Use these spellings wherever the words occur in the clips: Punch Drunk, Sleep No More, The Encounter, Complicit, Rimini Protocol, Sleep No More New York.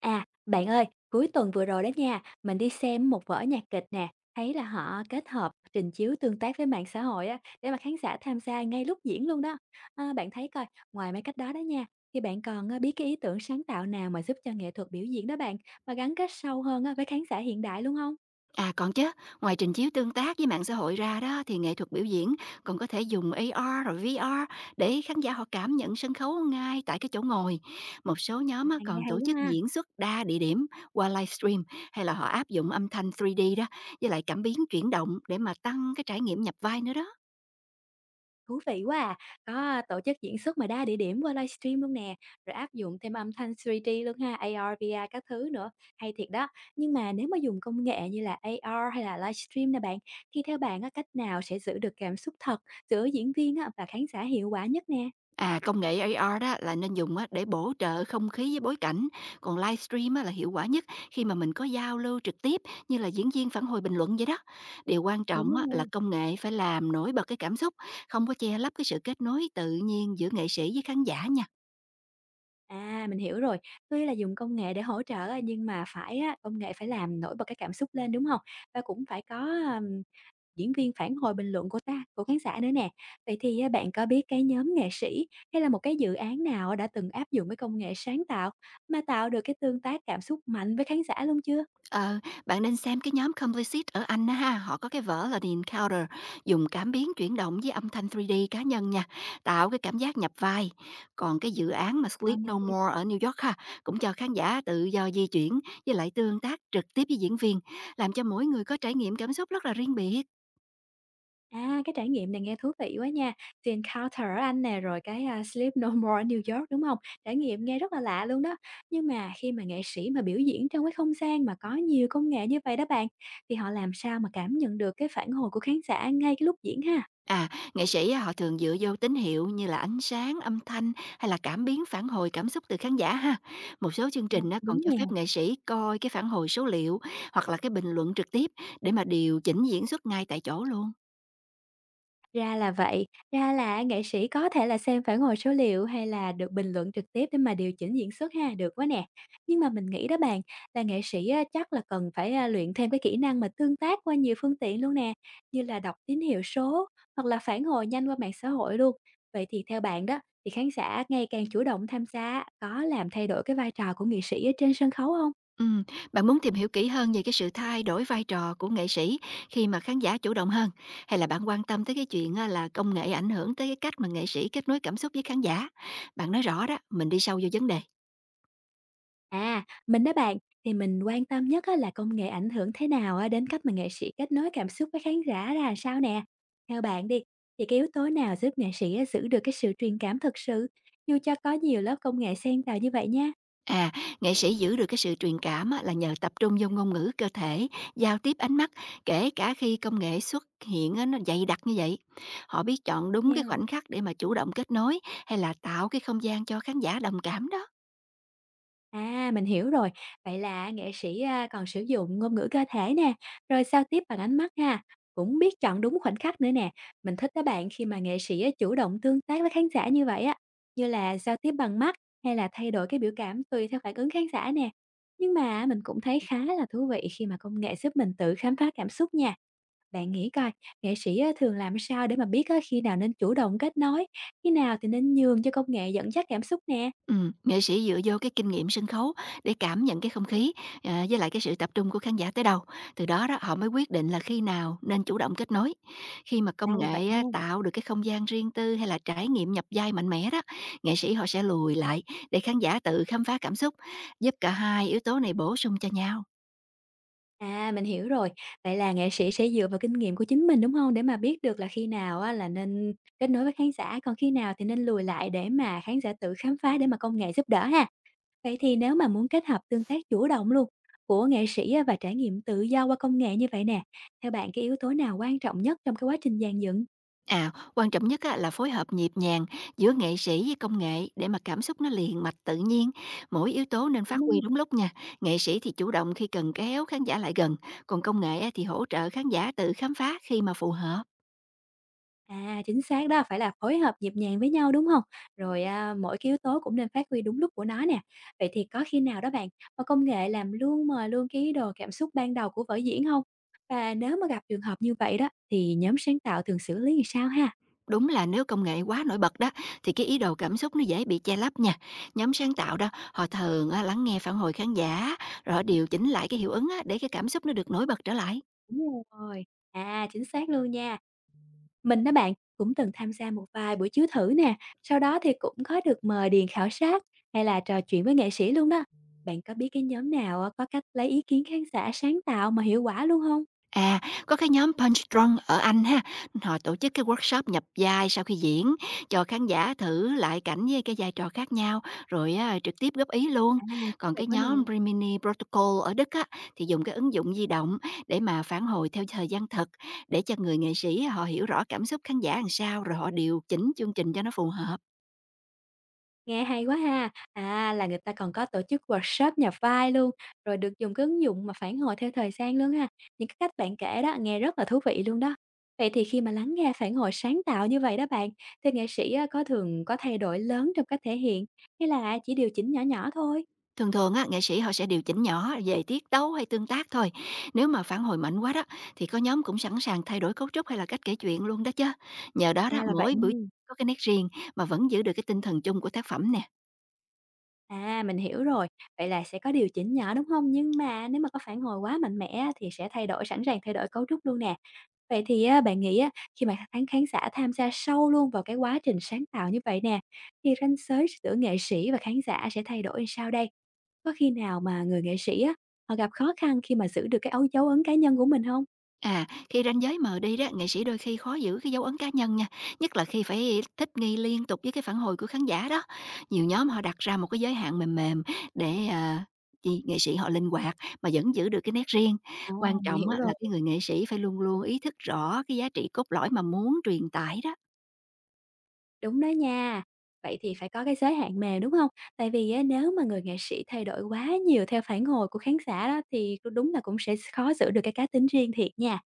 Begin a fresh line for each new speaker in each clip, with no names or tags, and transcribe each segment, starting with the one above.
À, bạn ơi, cuối tuần vừa rồi đó nha, mình đi xem một vở nhạc kịch nè, thấy là họ kết hợp trình chiếu tương tác với mạng xã hội á, để mà khán giả tham gia ngay lúc diễn luôn đó. À, bạn thấy coi, ngoài mấy cách đó đó nha, thì bạn còn biết cái ý tưởng sáng tạo nào mà giúp cho nghệ thuật biểu diễn đó bạn, mà gắn kết sâu hơn á với khán giả hiện đại luôn không?
À, còn chứ, ngoài trình chiếu tương tác với mạng xã hội ra đó thì nghệ thuật biểu diễn còn có thể dùng AR rồi VR để khán giả họ cảm nhận sân khấu ngay tại cái chỗ ngồi. Một số nhóm á,
À, nghe
còn
hay
tổ
quá
chức
ha.
diễn xuất đa địa điểm qua livestream, hay là họ áp dụng âm thanh 3D đó với lại cảm biến chuyển động để mà tăng cái trải nghiệm nhập vai nữa đó.
Thú vị quá à! Có tổ chức diễn xuất mà đa địa điểm qua livestream luôn nè, rồi áp dụng thêm âm thanh 3D luôn ha, AR, VR các thứ nữa, hay thiệt đó. Nhưng mà nếu mà dùng công nghệ như là AR hay là livestream nè bạn, thì theo bạn á, cách nào sẽ giữ được cảm xúc thật giữa diễn viên á và khán giả hiệu quả nhất nè?
À, công nghệ AR đó là nên dùng á để bổ trợ không khí với bối cảnh, còn livestream á là hiệu quả nhất khi mà mình có giao lưu trực tiếp, như là diễn viên phản hồi bình luận vậy đó. Điều quan
Đúng
trọng
đó
á là
nha.
công nghệ phải làm nổi bật cái cảm xúc, không có che lấp cái sự kết nối tự nhiên giữa nghệ sĩ với khán giả nha.
À, mình hiểu rồi. Tuy là dùng công nghệ để hỗ trợ á, nhưng mà phải á, công nghệ phải làm nổi bật cái cảm xúc lên, đúng không? Và cũng phải có, à diễn viên phản hồi bình luận của ta của khán giả nữa nè. Vậy thì á, bạn có biết cái nhóm nghệ sĩ hay là một cái dự án nào đã từng áp dụng cái công nghệ sáng tạo mà tạo được cái tương tác cảm xúc mạnh với khán giả luôn chưa?
Ờ, bạn nên xem cái nhóm Complicit ở Anh á ha, họ có cái vở là The Encounter, dùng cảm biến chuyển động với âm thanh 3D cá nhân nha, tạo cái cảm giác nhập vai. Còn cái dự án mà
Ờ.
Sleep No More ở New York ha, cũng cho khán giả tự do di chuyển với lại tương tác trực tiếp với diễn viên, làm cho mỗi người có trải nghiệm cảm xúc rất là riêng biệt.
À, cái trải nghiệm này nghe thú vị quá nha. The Encounter ở Anh nè, rồi cái à, Sleep No More New York đúng không? Trải nghiệm nghe rất là lạ luôn đó. Nhưng mà khi mà nghệ sĩ mà biểu diễn trong cái không gian mà có nhiều công nghệ như vậy đó bạn, thì họ làm sao mà cảm nhận được cái phản hồi của khán giả ngay cái lúc diễn ha?
À, nghệ sĩ á, họ thường dựa vô tín hiệu như là ánh sáng, âm thanh hay là cảm biến phản hồi cảm xúc từ khán giả ha. Một số chương
Ờ,
trình á, còn
đúng
cho
nè.
phép nghệ sĩ coi cái phản hồi số liệu hoặc là cái bình luận trực tiếp để mà điều chỉnh diễn xuất ngay tại chỗ luôn.
Ra là vậy, ra là nghệ sĩ có thể là xem phản hồi số liệu hay là được bình luận trực tiếp để mà điều chỉnh diễn xuất ha, được quá nè. Nhưng mà mình nghĩ đó bạn, là nghệ sĩ á, chắc là cần phải, luyện thêm cái kỹ năng mà tương tác qua nhiều phương tiện luôn nè, như là đọc tín hiệu số hoặc là phản hồi nhanh qua mạng xã hội luôn. Vậy thì theo bạn đó, thì khán giả ngày càng chủ động tham gia có làm thay đổi cái vai trò của nghệ sĩ ở trên sân khấu không?
Ừm, bạn muốn tìm hiểu kỹ hơn về cái sự thay đổi vai trò của nghệ sĩ khi mà khán giả chủ động hơn, hay là bạn quan tâm tới cái chuyện á, là công nghệ ảnh hưởng tới cái cách mà nghệ sĩ kết nối cảm xúc với khán giả? Bạn nói rõ đó, mình đi sâu vô vấn đề.
À, mình đó bạn, thì mình quan tâm nhất á là công nghệ ảnh hưởng thế nào á đến cách mà nghệ sĩ kết nối cảm xúc với khán giả ra làm sao nè. Theo bạn đi, thì cái yếu tố nào giúp nghệ sĩ á giữ được cái sự truyền cảm thực sự, dù cho có nhiều lớp công nghệ xen vào như vậy nha?
À, nghệ sĩ giữ được cái sự truyền cảm á, là nhờ tập trung vô ngôn ngữ cơ thể, giao tiếp ánh mắt, kể cả khi công nghệ xuất hiện á, nó dày đặc như vậy. Họ biết chọn đúng cái khoảnh khắc để mà chủ động kết nối, hay là tạo cái không gian cho khán giả đồng cảm đó.
À, mình hiểu rồi. Vậy là nghệ sĩ, còn sử dụng ngôn ngữ cơ thể nè, rồi giao tiếp bằng ánh mắt ha, cũng biết chọn đúng khoảnh khắc nữa nè. Mình thích các bạn khi mà nghệ sĩ á chủ động tương tác với khán giả như vậy á, như là giao tiếp bằng mắt hay là thay đổi cái biểu cảm tùy theo phản ứng khán giả nè. Nhưng mà mình cũng thấy khá là thú vị khi mà công nghệ giúp mình tự khám phá cảm xúc nha. Bạn nghĩ coi, nghệ sĩ á thường làm sao để mà biết á khi nào nên chủ động kết nối, khi nào thì nên nhường cho công nghệ dẫn dắt cảm xúc nè?
Nghệ sĩ dựa vô cái kinh nghiệm sân khấu để cảm nhận cái không khí, à, với lại cái sự tập trung của khán giả tới đâu. Từ đó đó, họ mới quyết định là khi nào nên chủ động kết nối. Khi mà công
Ra là vậy
nghệ á,
nha.
tạo được cái không gian riêng tư hay là trải nghiệm nhập vai mạnh mẽ đó, nghệ sĩ họ sẽ lùi lại để khán giả tự khám phá cảm xúc, giúp cả hai yếu tố này bổ sung cho nhau.
À, mình hiểu rồi. Vậy là nghệ sĩ sẽ dựa vào kinh nghiệm của chính mình, đúng không? Để mà biết được là khi nào á là nên kết nối với khán giả, còn khi nào thì nên lùi lại để mà khán giả tự khám phá, để mà công nghệ giúp đỡ ha. Vậy thì nếu mà muốn kết hợp tương tác chủ động luôn của nghệ sĩ á và trải nghiệm tự do qua công nghệ như vậy nè, theo bạn cái yếu tố nào quan trọng nhất trong cái quá trình dàn dựng?
À, quan trọng nhất á, là phối hợp nhịp nhàng giữa nghệ sĩ với công nghệ để mà cảm xúc nó liền mạch tự nhiên. Mỗi yếu tố nên phát huy đúng lúc nha. Nghệ sĩ thì chủ động khi cần kéo khán giả lại gần, còn công nghệ á, thì hỗ trợ khán giả tự khám phá khi mà phù hợp.
À, chính xác đó, phải là phối hợp nhịp nhàng với nhau, đúng không? Rồi, mỗi cái yếu tố cũng nên phát huy đúng lúc của nó nè. Vậy thì có khi nào đó bạn, mà công nghệ làm luôn mờ luôn cái ý đồ cảm xúc ban đầu của vở diễn không? Và nếu mà gặp trường hợp như vậy đó, thì nhóm sáng tạo thường xử lý làm sao ha?
Đúng là nếu công nghệ quá nổi bật đó thì cái ý đồ cảm xúc nó dễ bị che lấp nha. Nhóm sáng tạo đó, họ thường á, lắng nghe phản hồi khán giả, rồi họ điều chỉnh lại cái hiệu ứng á, để cái cảm xúc nó được nổi bật trở lại.
Đúng rồi, chính xác luôn nha. Mình đó bạn, cũng từng tham gia một vài buổi chiếu thử nè, sau đó thì cũng có được mời điền khảo sát hay là trò chuyện với nghệ sĩ luôn đó. Bạn có biết cái nhóm nào, có cách lấy ý kiến khán giả sáng tạo mà hiệu quả luôn không?
À, có cái nhóm Punch Drunk ở Anh ha, họ tổ chức cái workshop nhập vai sau khi diễn, cho khán giả thử lại cảnh với cái vai trò khác nhau, rồi á, trực tiếp góp ý luôn.
À, thú
Còn
vị
cái
quá nè,
nhóm Rimini Protocol ở Đức á, thì dùng cái ứng dụng di động để mà phản hồi theo thời gian thực, để cho người nghệ sĩ họ hiểu rõ cảm xúc khán giả làm sao, rồi họ điều chỉnh chương trình cho nó phù hợp.
nghe hay quá ha. À, là người ta còn có tổ chức workshop nhà vai luôn, rồi được dùng cái ứng dụng mà phản hồi theo thời gian luôn ha. Những cái cách bạn kể đó nghe rất là thú vị luôn đó. Vậy thì khi mà lắng nghe phản hồi sáng tạo như vậy đó bạn, thì nghệ sĩ á, có thường có thay đổi lớn trong cách thể hiện hay là chỉ điều chỉnh nhỏ nhỏ thôi?
Thường thường á, nghệ sĩ họ sẽ điều chỉnh nhỏ về tiết tấu hay tương tác thôi. Nếu mà phản hồi mạnh quá đó, thì có nhóm cũng sẵn sàng thay đổi cấu trúc hay là cách kể chuyện luôn đó chứ. Nhờ đó đó,
Ra là vậy
mỗi buổi
nha.
có cái nét riêng mà vẫn giữ được cái tinh thần chung của tác phẩm nè.
À, mình hiểu rồi. Vậy là sẽ có điều chỉnh nhỏ đúng không? Nhưng mà nếu mà có phản hồi quá mạnh mẽ á, thì sẽ thay đổi sẵn sàng thay đổi cấu trúc luôn nè. Vậy thì á, bạn nghĩ á, khi mà khán khán giả tham gia sâu luôn vào cái quá trình sáng tạo như vậy nè, thì ranh giới giữa nghệ sĩ và khán giả sẽ thay đổi sao đây? Có khi nào mà người nghệ sĩ á, họ gặp khó khăn khi mà giữ được cái dấu ấn cá nhân của mình không?
À, khi ranh giới mờ đi đó, nghệ sĩ đôi khi khó giữ cái dấu ấn cá nhân nha, nhất là khi phải thích nghi liên tục với cái phản hồi của khán giả đó. Nhiều nhóm họ đặt ra một cái giới hạn mềm mềm để, chi nghệ sĩ họ linh hoạt mà vẫn giữ được cái nét riêng.
À,
Quan
mình
trọng
hiểu
á
rồi.
là cái người nghệ sĩ phải luôn luôn ý thức rõ cái giá trị cốt lõi mà muốn truyền tải đó.
Đúng đó nha. Vậy thì phải có cái giới hạn mềm, đúng không? Tại vì á, nếu mà người nghệ sĩ thay đổi quá nhiều theo phản hồi của khán giả đó, thì đúng là cũng sẽ khó giữ được cái cá tính riêng thiệt nha.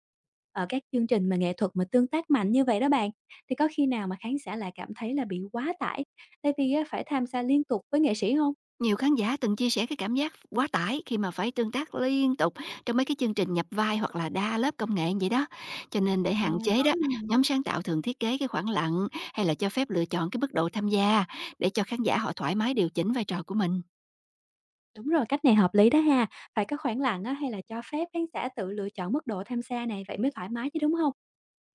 Ở các chương trình mà nghệ thuật mà tương tác mạnh như vậy đó bạn, thì có khi nào mà khán giả lại cảm thấy là bị quá tải, tại vì á, phải tham gia liên tục với nghệ sĩ không?
Nhiều khán giả từng chia sẻ cái cảm giác quá tải khi mà phải tương tác liên tục trong mấy cái chương trình nhập vai hoặc là đa lớp công nghệ vậy đó. Cho nên để
À,
hạn chế đó,
có luôn.
nhóm sáng tạo thường thiết kế cái khoảng lặng hay là cho phép lựa chọn cái mức độ tham gia để cho khán giả họ thoải mái điều chỉnh vai trò của mình.
Đúng rồi, cách này hợp lý đó ha. Phải có khoảng lặng á, hay là cho phép khán giả tự lựa chọn mức độ tham gia này, vậy mới thoải mái chứ, đúng không?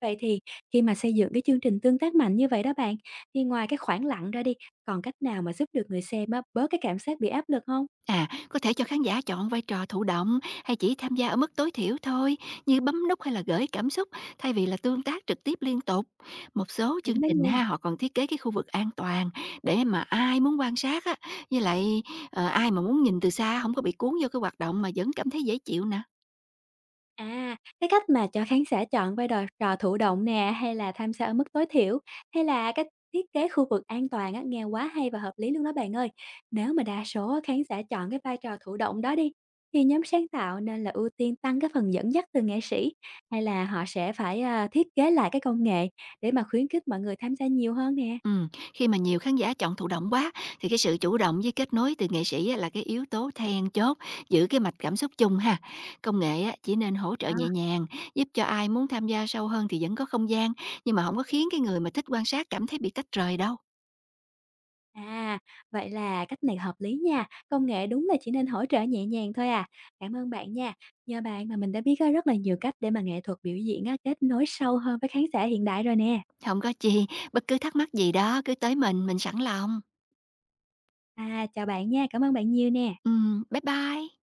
Vậy thì khi mà xây dựng cái chương trình tương tác mạnh như vậy đó bạn, thì ngoài cái khoảng lặng ra đi, còn cách nào mà giúp được người xem á, bớt cái cảm giác bị áp lực không?
À, có thể cho khán giả chọn vai trò thụ động hay chỉ tham gia ở mức tối thiểu thôi, như bấm nút hay là gửi cảm xúc thay vì là tương tác trực tiếp liên tục. Một số chương
Đúng đó
trình
nha.
ha, họ còn thiết kế cái khu vực an toàn để mà ai muốn quan sát á, với lại ai mà muốn nhìn từ xa không có bị cuốn vô cái hoạt động mà vẫn cảm thấy dễ chịu nè.
À, cái cách mà cho khán giả chọn vai trò thụ động nè, hay là tham gia ở mức tối thiểu, hay là thiết kế khu vực an toàn á, nghe quá hay và hợp lý luôn đó bạn ơi. Nếu mà đa số á, khán giả chọn cái vai trò thụ động đó đi, thì nhóm sáng tạo nên là ưu tiên tăng cái phần dẫn dắt từ nghệ sĩ, hay là họ sẽ phải, thiết kế lại cái công nghệ để mà khuyến khích mọi người tham gia nhiều hơn nè?
Ừm, khi mà nhiều khán giả chọn thụ động quá thì cái sự chủ động với kết nối từ nghệ sĩ á, là cái yếu tố then chốt giữ cái mạch cảm xúc chung ha. Công nghệ á, chỉ nên hỗ trợ
Đó,
nhẹ nhàng, giúp cho ai muốn tham gia sâu hơn thì vẫn có không gian, nhưng mà không có khiến cái người mà thích quan sát cảm thấy bị tách rời đâu.
à, vậy là cách này hợp lý nha, công nghệ đúng là chỉ nên hỗ trợ nhẹ nhàng thôi à. Cảm ơn bạn nha, nhờ bạn mà mình đã biết á rất là nhiều cách để mà nghệ thuật biểu diễn á kết nối sâu hơn với khán giả hiện đại rồi nè.
Không có chi, bất cứ thắc mắc gì đó cứ tới mình sẵn lòng.
À, chào bạn nha, cảm ơn bạn nhiều nè.
Bye bye.